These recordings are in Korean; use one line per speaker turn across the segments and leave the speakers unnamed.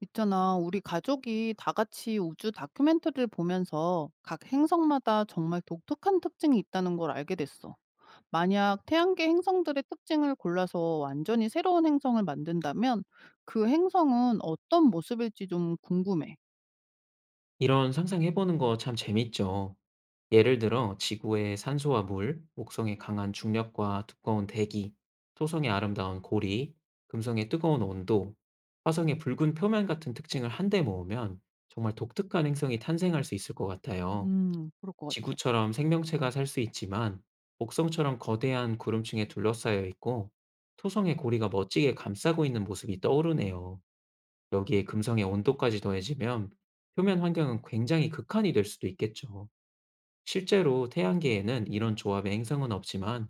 있잖아, 우리 가족이 다 같이 우주 다큐멘터리를 보면서 각 행성마다 정말 독특한 특징이 있다는 걸 알게 됐어. 만약 태양계 행성들의 특징을 골라서 완전히 새로운 행성을 만든다면 그 행성은 어떤 모습일지 좀 궁금해.
이런 상상해보는 거 참 재밌죠. 예를 들어 지구의 산소와 물, 목성의 강한 중력과 두꺼운 대기, 토성의 아름다운 고리, 금성의 뜨거운 온도, 화성의 붉은 표면 같은 특징을 한데 모으면 정말 독특한 행성이 탄생할 수 있을 것 같아요.
그럴 것 같아.
지구처럼 생명체가 살 수 있지만 목성처럼 거대한 구름층에 둘러싸여 있고 토성의 고리가 멋지게 감싸고 있는 모습이 떠오르네요. 여기에 금성의 온도까지 더해지면 표면 환경은 굉장히 극한이 될 수도 있겠죠. 실제로 태양계에는 이런 조합의 행성은 없지만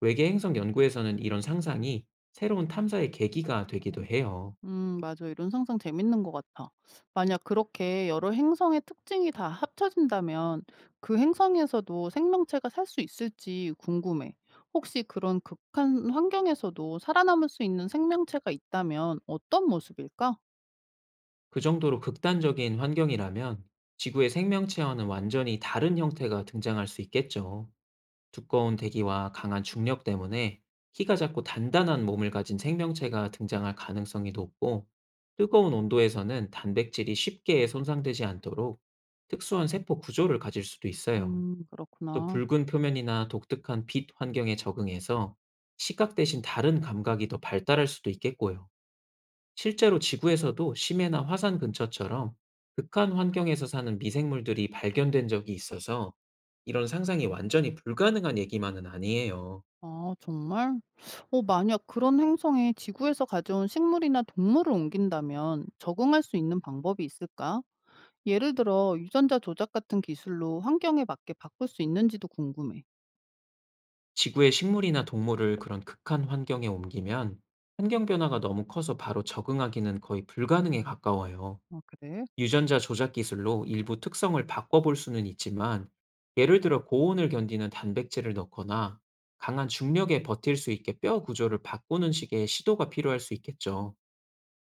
외계 행성 연구에서는 이런 상상이 새로운 탐사의 계기가 되기도 해요.
맞아. 이런 상상 재밌는 것 같아. 만약 그렇게 여러 행성의 특징이 다 합쳐진다면 그 행성에서도 생명체가 살 수 있을지 궁금해. 혹시 그런 극한 환경에서도 살아남을 수 있는 생명체가 있다면 어떤 모습일까?
그 정도로 극단적인 환경이라면 지구의 생명체와는 완전히 다른 형태가 등장할 수 있겠죠. 두꺼운 대기와 강한 중력 때문에 키가 작고 단단한 몸을 가진 생명체가 등장할 가능성이 높고, 뜨거운 온도에서는 단백질이 쉽게 손상되지 않도록 특수한 세포 구조를 가질 수도 있어요. 또
그렇구나.
붉은 표면이나 독특한 빛 환경에 적응해서 시각 대신 다른 감각이 더 발달할 수도 있겠고요. 실제로 지구에서도 심해나 화산 근처처럼 극한 환경에서 사는 미생물들이 발견된 적이 있어서, 이런 상상이 완전히 불가능한 얘기만은 아니에요.
아, 정말? 만약 그런 행성에 지구에서 가져온 식물이나 동물을 옮긴다면 적응할 수 있는 방법이 있을까? 예를 들어 유전자 조작 같은 기술로 환경에 맞게 바꿀 수 있는지도 궁금해.
지구의 식물이나 동물을 그런 극한 환경에 옮기면 환경 변화가 너무 커서 바로 적응하기는 거의 불가능에 가까워요.
아, 그래?
유전자 조작 기술로 일부 특성을 바꿔볼 수는 있지만, 예를 들어 고온을 견디는 단백질을 넣거나 강한 중력에 버틸 수 있게 뼈 구조를 바꾸는 식의 시도가 필요할 수 있겠죠.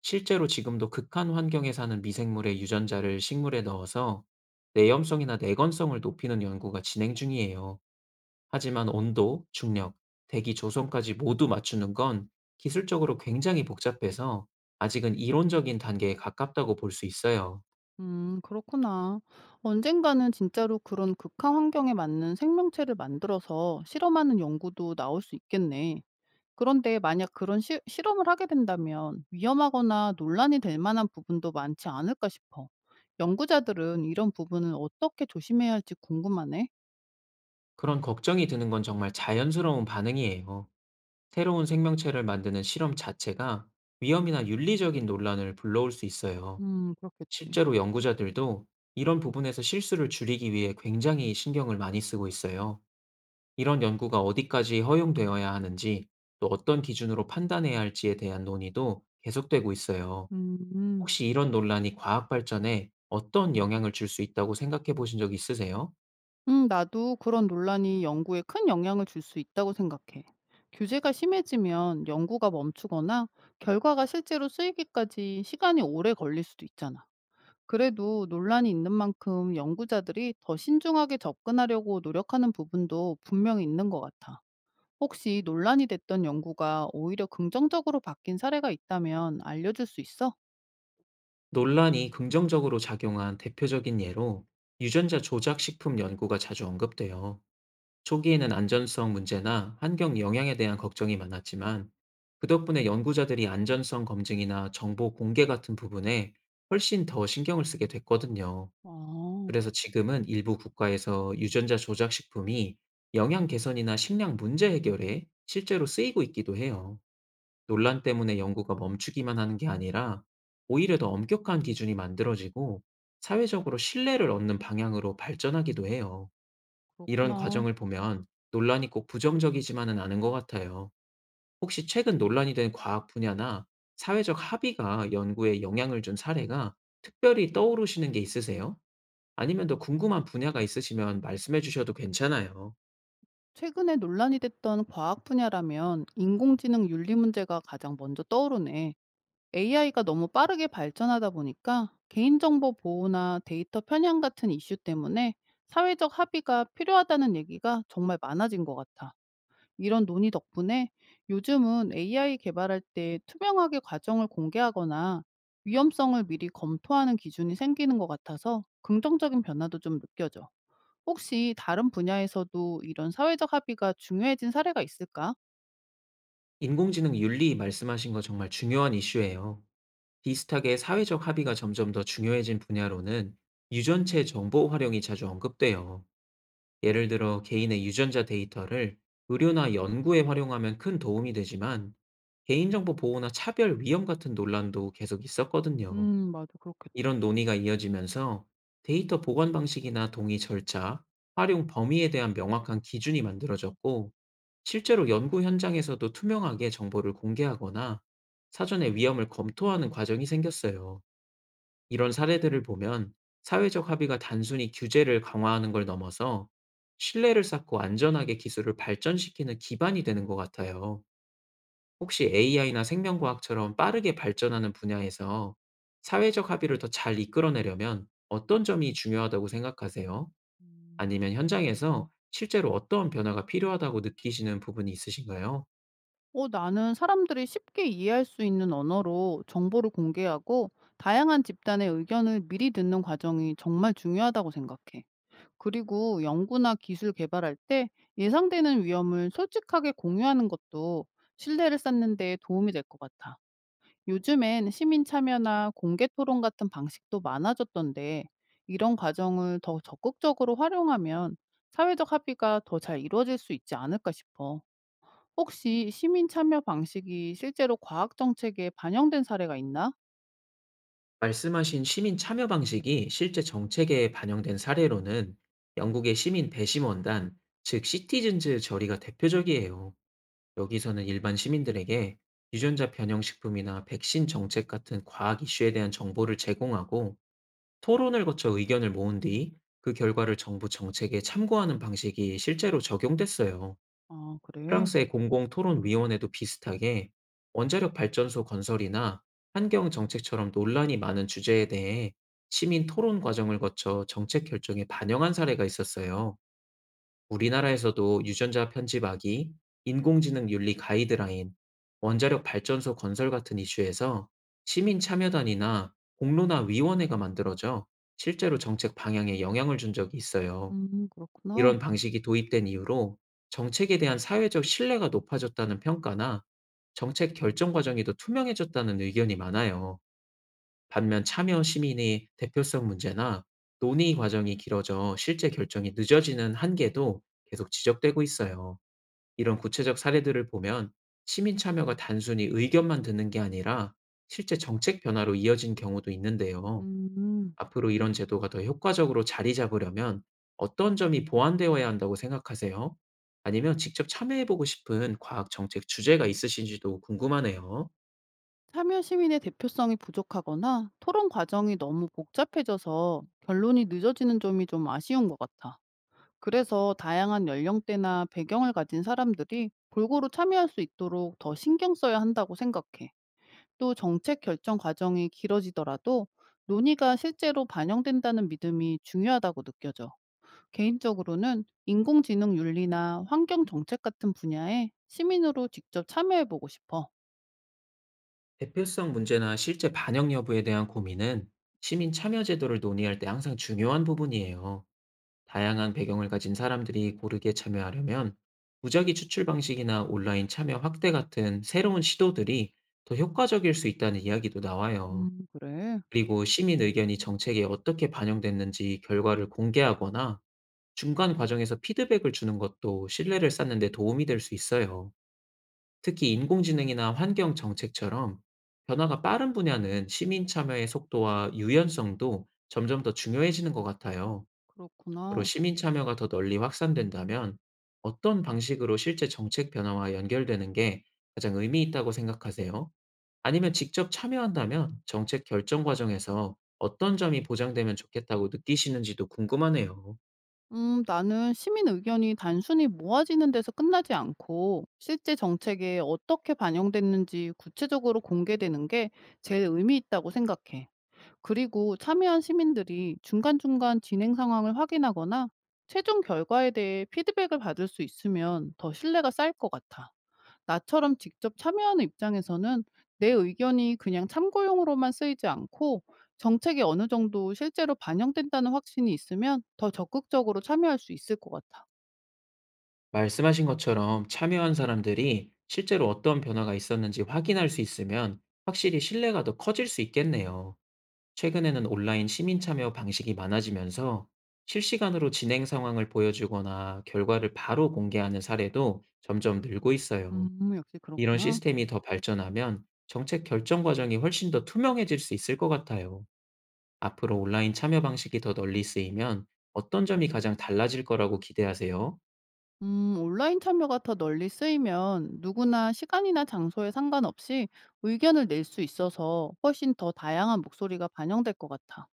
실제로 지금도 극한 환경에 사는 미생물의 유전자를 식물에 넣어서 내염성이나 내건성을 높이는 연구가 진행 중이에요. 하지만 온도, 중력, 대기 조성까지 모두 맞추는 건 기술적으로 굉장히 복잡해서 아직은 이론적인 단계에 가깝다고 볼 수 있어요.
그렇구나. 언젠가는 진짜로 그런 극한 환경에 맞는 생명체를 만들어서 실험하는 연구도 나올 수 있겠네. 그런데 만약 그런 실험을 하게 된다면 위험하거나 논란이 될 만한 부분도 많지 않을까 싶어. 연구자들은 이런 부분을 어떻게 조심해야 할지 궁금하네.
그런 걱정이 드는 건 정말 자연스러운 반응이에요. 새로운 생명체를 만드는 실험 자체가 위험이나 윤리적인 논란을 불러올 수 있어요.
그렇겠지.
실제로 연구자들도 이런 부분에서 실수를 줄이기 위해 굉장히 신경을 많이 쓰고 있어요. 이런 연구가 어디까지 허용되어야 하는지, 또 어떤 기준으로 판단해야 할지에 대한 논의도 계속되고 있어요.
음.
혹시 이런 논란이 과학 발전에 어떤 영향을 줄 수 있다고 생각해 보신 적 있으세요?
나도 그런 논란이 연구에 큰 영향을 줄 수 있다고 생각해. 규제가 심해지면 연구가 멈추거나 결과가 실제로 쓰이기까지 시간이 오래 걸릴 수도 있잖아. 그래도 논란이 있는 만큼 연구자들이 더 신중하게 접근하려고 노력하는 부분도 분명히 있는 것 같아. 혹시 논란이 됐던 연구가 오히려 긍정적으로 바뀐 사례가 있다면 알려줄 수 있어?
논란이 긍정적으로 작용한 대표적인 예로 유전자 조작 식품 연구가 자주 언급돼요. 초기에는 안전성 문제나 환경 영향에 대한 걱정이 많았지만, 그 덕분에 연구자들이 안전성 검증이나 정보 공개 같은 부분에 훨씬 더 신경을 쓰게 됐거든요.
아,
그래서 지금은 일부 국가에서 유전자 조작 식품이 영양 개선이나 식량 문제 해결에 실제로 쓰이고 있기도 해요. 논란 때문에 연구가 멈추기만 하는 게 아니라 오히려 더 엄격한 기준이 만들어지고 사회적으로 신뢰를 얻는 방향으로 발전하기도 해요. 이런
그렇구나.
과정을 보면 논란이 꼭 부정적이지만은 않은 것 같아요. 혹시 최근 논란이 된 과학 분야나 사회적 합의가 연구에 영향을 준 사례가 특별히 떠오르시는 게 있으세요? 아니면 더 궁금한 분야가 있으시면 말씀해 주셔도 괜찮아요.
최근에 논란이 됐던 과학 분야라면 인공지능 윤리 문제가 가장 먼저 떠오르네. AI가 너무 빠르게 발전하다 보니까 개인정보 보호나 데이터 편향 같은 이슈 때문에 사회적 합의가 필요하다는 얘기가 정말 많아진 것 같아. 이런 논의 덕분에 요즘은 AI 개발할 때 투명하게 과정을 공개하거나 위험성을 미리 검토하는 기준이 생기는 것 같아서 긍정적인 변화도 좀 느껴져. 혹시 다른 분야에서도 이런 사회적 합의가 중요해진 사례가 있을까?
인공지능 윤리 말씀하신 거 정말 중요한 이슈예요. 비슷하게 사회적 합의가 점점 더 중요해진 분야로는 유전체 정보 활용이 자주 언급돼요. 예를 들어 개인의 유전자 데이터를 의료나 연구에 활용하면 큰 도움이 되지만, 개인정보 보호나 차별 위험 같은 논란도 계속 있었거든요.
맞아. 그렇겠다.
이런 논의가 이어지면서 데이터 보관 방식이나 동의 절차, 활용 범위에 대한 명확한 기준이 만들어졌고, 실제로 연구 현장에서도 투명하게 정보를 공개하거나 사전에 위험을 검토하는 과정이 생겼어요. 이런 사례들을 보면 사회적 합의가 단순히 규제를 강화하는 걸 넘어서 신뢰를 쌓고 안전하게 기술을 발전시키는 기반이 되는 것 같아요. 혹시 AI나 생명과학처럼 빠르게 발전하는 분야에서 사회적 합의를 더 잘 이끌어내려면 어떤 점이 중요하다고 생각하세요?
음.
아니면 현장에서 실제로 어떤 변화가 필요하다고 느끼시는 부분이 있으신가요?
나는 사람들이 쉽게 이해할 수 있는 언어로 정보를 공개하고 다양한 집단의 의견을 미리 듣는 과정이 정말 중요하다고 생각해. 그리고 연구나 기술 개발할 때 예상되는 위험을 솔직하게 공유하는 것도 신뢰를 쌓는 데 도움이 될 것 같아. 요즘엔 시민 참여나 공개 토론 같은 방식도 많아졌던데, 이런 과정을 더 적극적으로 활용하면 사회적 합의가 더 잘 이루어질 수 있지 않을까 싶어. 혹시 시민 참여 방식이 실제로 과학 정책에 반영된 사례가 있나?
말씀하신 시민 참여 방식이 실제 정책에 반영된 사례로는 영국의 시민 배심원단, 즉 시티즌즈 저리가 대표적이에요. 여기서는 일반 시민들에게 유전자 변형 식품이나 백신 정책 같은 과학 이슈에 대한 정보를 제공하고 토론을 거쳐 의견을 모은 뒤 그 결과를 정부 정책에 참고하는 방식이 실제로 적용됐어요.
아, 그래.
프랑스의 공공토론위원회도 비슷하게 원자력 발전소 건설이나 환경 정책처럼 논란이 많은 주제에 대해 시민 토론 과정을 거쳐 정책 결정에 반영한 사례가 있었어요. 우리나라에서도 유전자 편집하기, 인공지능 윤리 가이드라인, 원자력 발전소 건설 같은 이슈에서 시민 참여단이나 공론화 위원회가 만들어져 실제로 정책 방향에 영향을 준 적이 있어요.
그렇구나.
이런 방식이 도입된 이후로 정책에 대한 사회적 신뢰가 높아졌다는 평가나 정책 결정 과정이 더 투명해졌다는 의견이 많아요. 반면 참여 시민의 대표성 문제나 논의 과정이 길어져 실제 결정이 늦어지는 한계도 계속 지적되고 있어요. 이런 구체적 사례들을 보면 시민 참여가 단순히 의견만 듣는 게 아니라 실제 정책 변화로 이어진 경우도 있는데요.
음.
앞으로 이런 제도가 더 효과적으로 자리 잡으려면 어떤 점이 보완되어야 한다고 생각하세요? 아니면 직접 참여해보고 싶은 과학 정책 주제가 있으신지도 궁금하네요.
참여 시민의 대표성이 부족하거나 토론 과정이 너무 복잡해져서 결론이 늦어지는 점이 좀 아쉬운 것 같아. 그래서 다양한 연령대나 배경을 가진 사람들이 골고루 참여할 수 있도록 더 신경 써야 한다고 생각해. 또 정책 결정 과정이 길어지더라도 논의가 실제로 반영된다는 믿음이 중요하다고 느껴져. 개인적으로는 인공지능 윤리나 환경 정책 같은 분야에 시민으로 직접 참여해보고 싶어.
대표성 문제나 실제 반영 여부에 대한 고민은 시민 참여 제도를 논의할 때 항상 중요한 부분이에요. 다양한 배경을 가진 사람들이 고르게 참여하려면 무작위 추출 방식이나 온라인 참여 확대 같은 새로운 시도들이 더 효과적일 수 있다는 이야기도 나와요.
그래.
그리고 시민 의견이 정책에 어떻게 반영됐는지 결과를 공개하거나 중간 과정에서 피드백을 주는 것도 신뢰를 쌓는 데 도움이 될 수 있어요. 특히 인공지능이나 환경 정책처럼 변화가 빠른 분야는 시민 참여의 속도와 유연성도 점점 더 중요해지는 것 같아요. 앞으로
그렇구나.
시민 참여가 더 널리 확산된다면 어떤 방식으로 실제 정책 변화와 연결되는 게 가장 의미 있다고 생각하세요? 아니면 직접 참여한다면 정책 결정 과정에서 어떤 점이 보장되면 좋겠다고 느끼시는지도 궁금하네요.
나는 시민 의견이 단순히 모아지는 데서 끝나지 않고 실제 정책에 어떻게 반영됐는지 구체적으로 공개되는 게 제일 의미 있다고 생각해. 그리고 참여한 시민들이 중간중간 진행 상황을 확인하거나 최종 결과에 대해 피드백을 받을 수 있으면 더 신뢰가 쌓일 것 같아. 나처럼 직접 참여하는 입장에서는 내 의견이 그냥 참고용으로만 쓰이지 않고 정책에 어느 정도 실제로 반영된다는 확신이 있으면 더 적극적으로 참여할 수 있을 것 같아.
말씀하신 것처럼 참여한 사람들이 실제로 어떤 변화가 있었는지 확인할 수 있으면 확실히 신뢰가 더 커질 수 있겠네요. 최근에는 온라인 시민 참여 방식이 많아지면서 실시간으로 진행 상황을 보여주거나 결과를 바로 공개하는 사례도 점점 늘고 있어요.
역시
이런
그렇구나.
시스템이 더 발전하면 정책 결정 과정이 훨씬 더 투명해질 수 있을 것 같아요. 앞으로 온라인 참여 방식이 더 널리 쓰이면 어떤 점이 가장 달라질 거라고 기대하세요?
온라인 참여가 더 널리 쓰이면 누구나 시간이나 장소에 상관없이 의견을 낼 수 있어서 훨씬 더 다양한 목소리가 반영될 것 같아.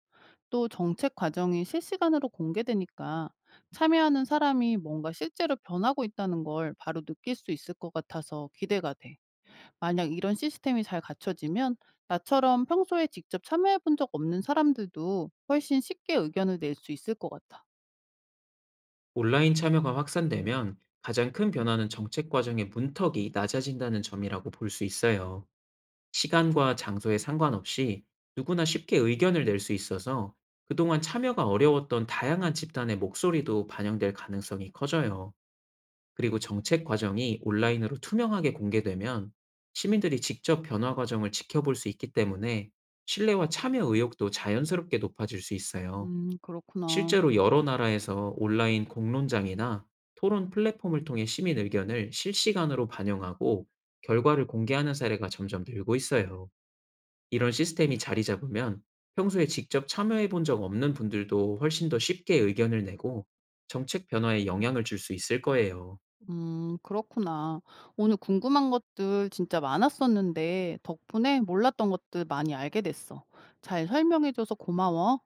또 정책 과정이 실시간으로 공개되니까 참여하는 사람이 뭔가 실제로 변하고 있다는 걸 바로 느낄 수 있을 것 같아서 기대가 돼. 만약 이런 시스템이 잘 갖춰지면 나처럼 평소에 직접 참여해 본 적 없는 사람들도 훨씬 쉽게 의견을 낼 수 있을 것 같아.
온라인 참여가 확산되면 가장 큰 변화는 정책 과정의 문턱이 낮아진다는 점이라고 볼 수 있어요. 시간과 장소에 상관없이 누구나 쉽게 의견을 낼 수 있어서 그동안 참여가 어려웠던 다양한 집단의 목소리도 반영될 가능성이 커져요. 그리고 정책 과정이 온라인으로 투명하게 공개되면 시민들이 직접 변화 과정을 지켜볼 수 있기 때문에 신뢰와 참여 의욕도 자연스럽게 높아질 수 있어요.
그렇구나.
실제로 여러 나라에서 온라인 공론장이나 토론 플랫폼을 통해 시민 의견을 실시간으로 반영하고 결과를 공개하는 사례가 점점 늘고 있어요. 이런 시스템이 자리 잡으면 평소에 직접 참여해 본 적 없는 분들도 훨씬 더 쉽게 의견을 내고 정책 변화에 영향을 줄 수 있을 거예요.
그렇구나. 오늘 궁금한 것들 진짜 많았었는데 덕분에 몰랐던 것들 많이 알게 됐어. 잘 설명해줘서 고마워.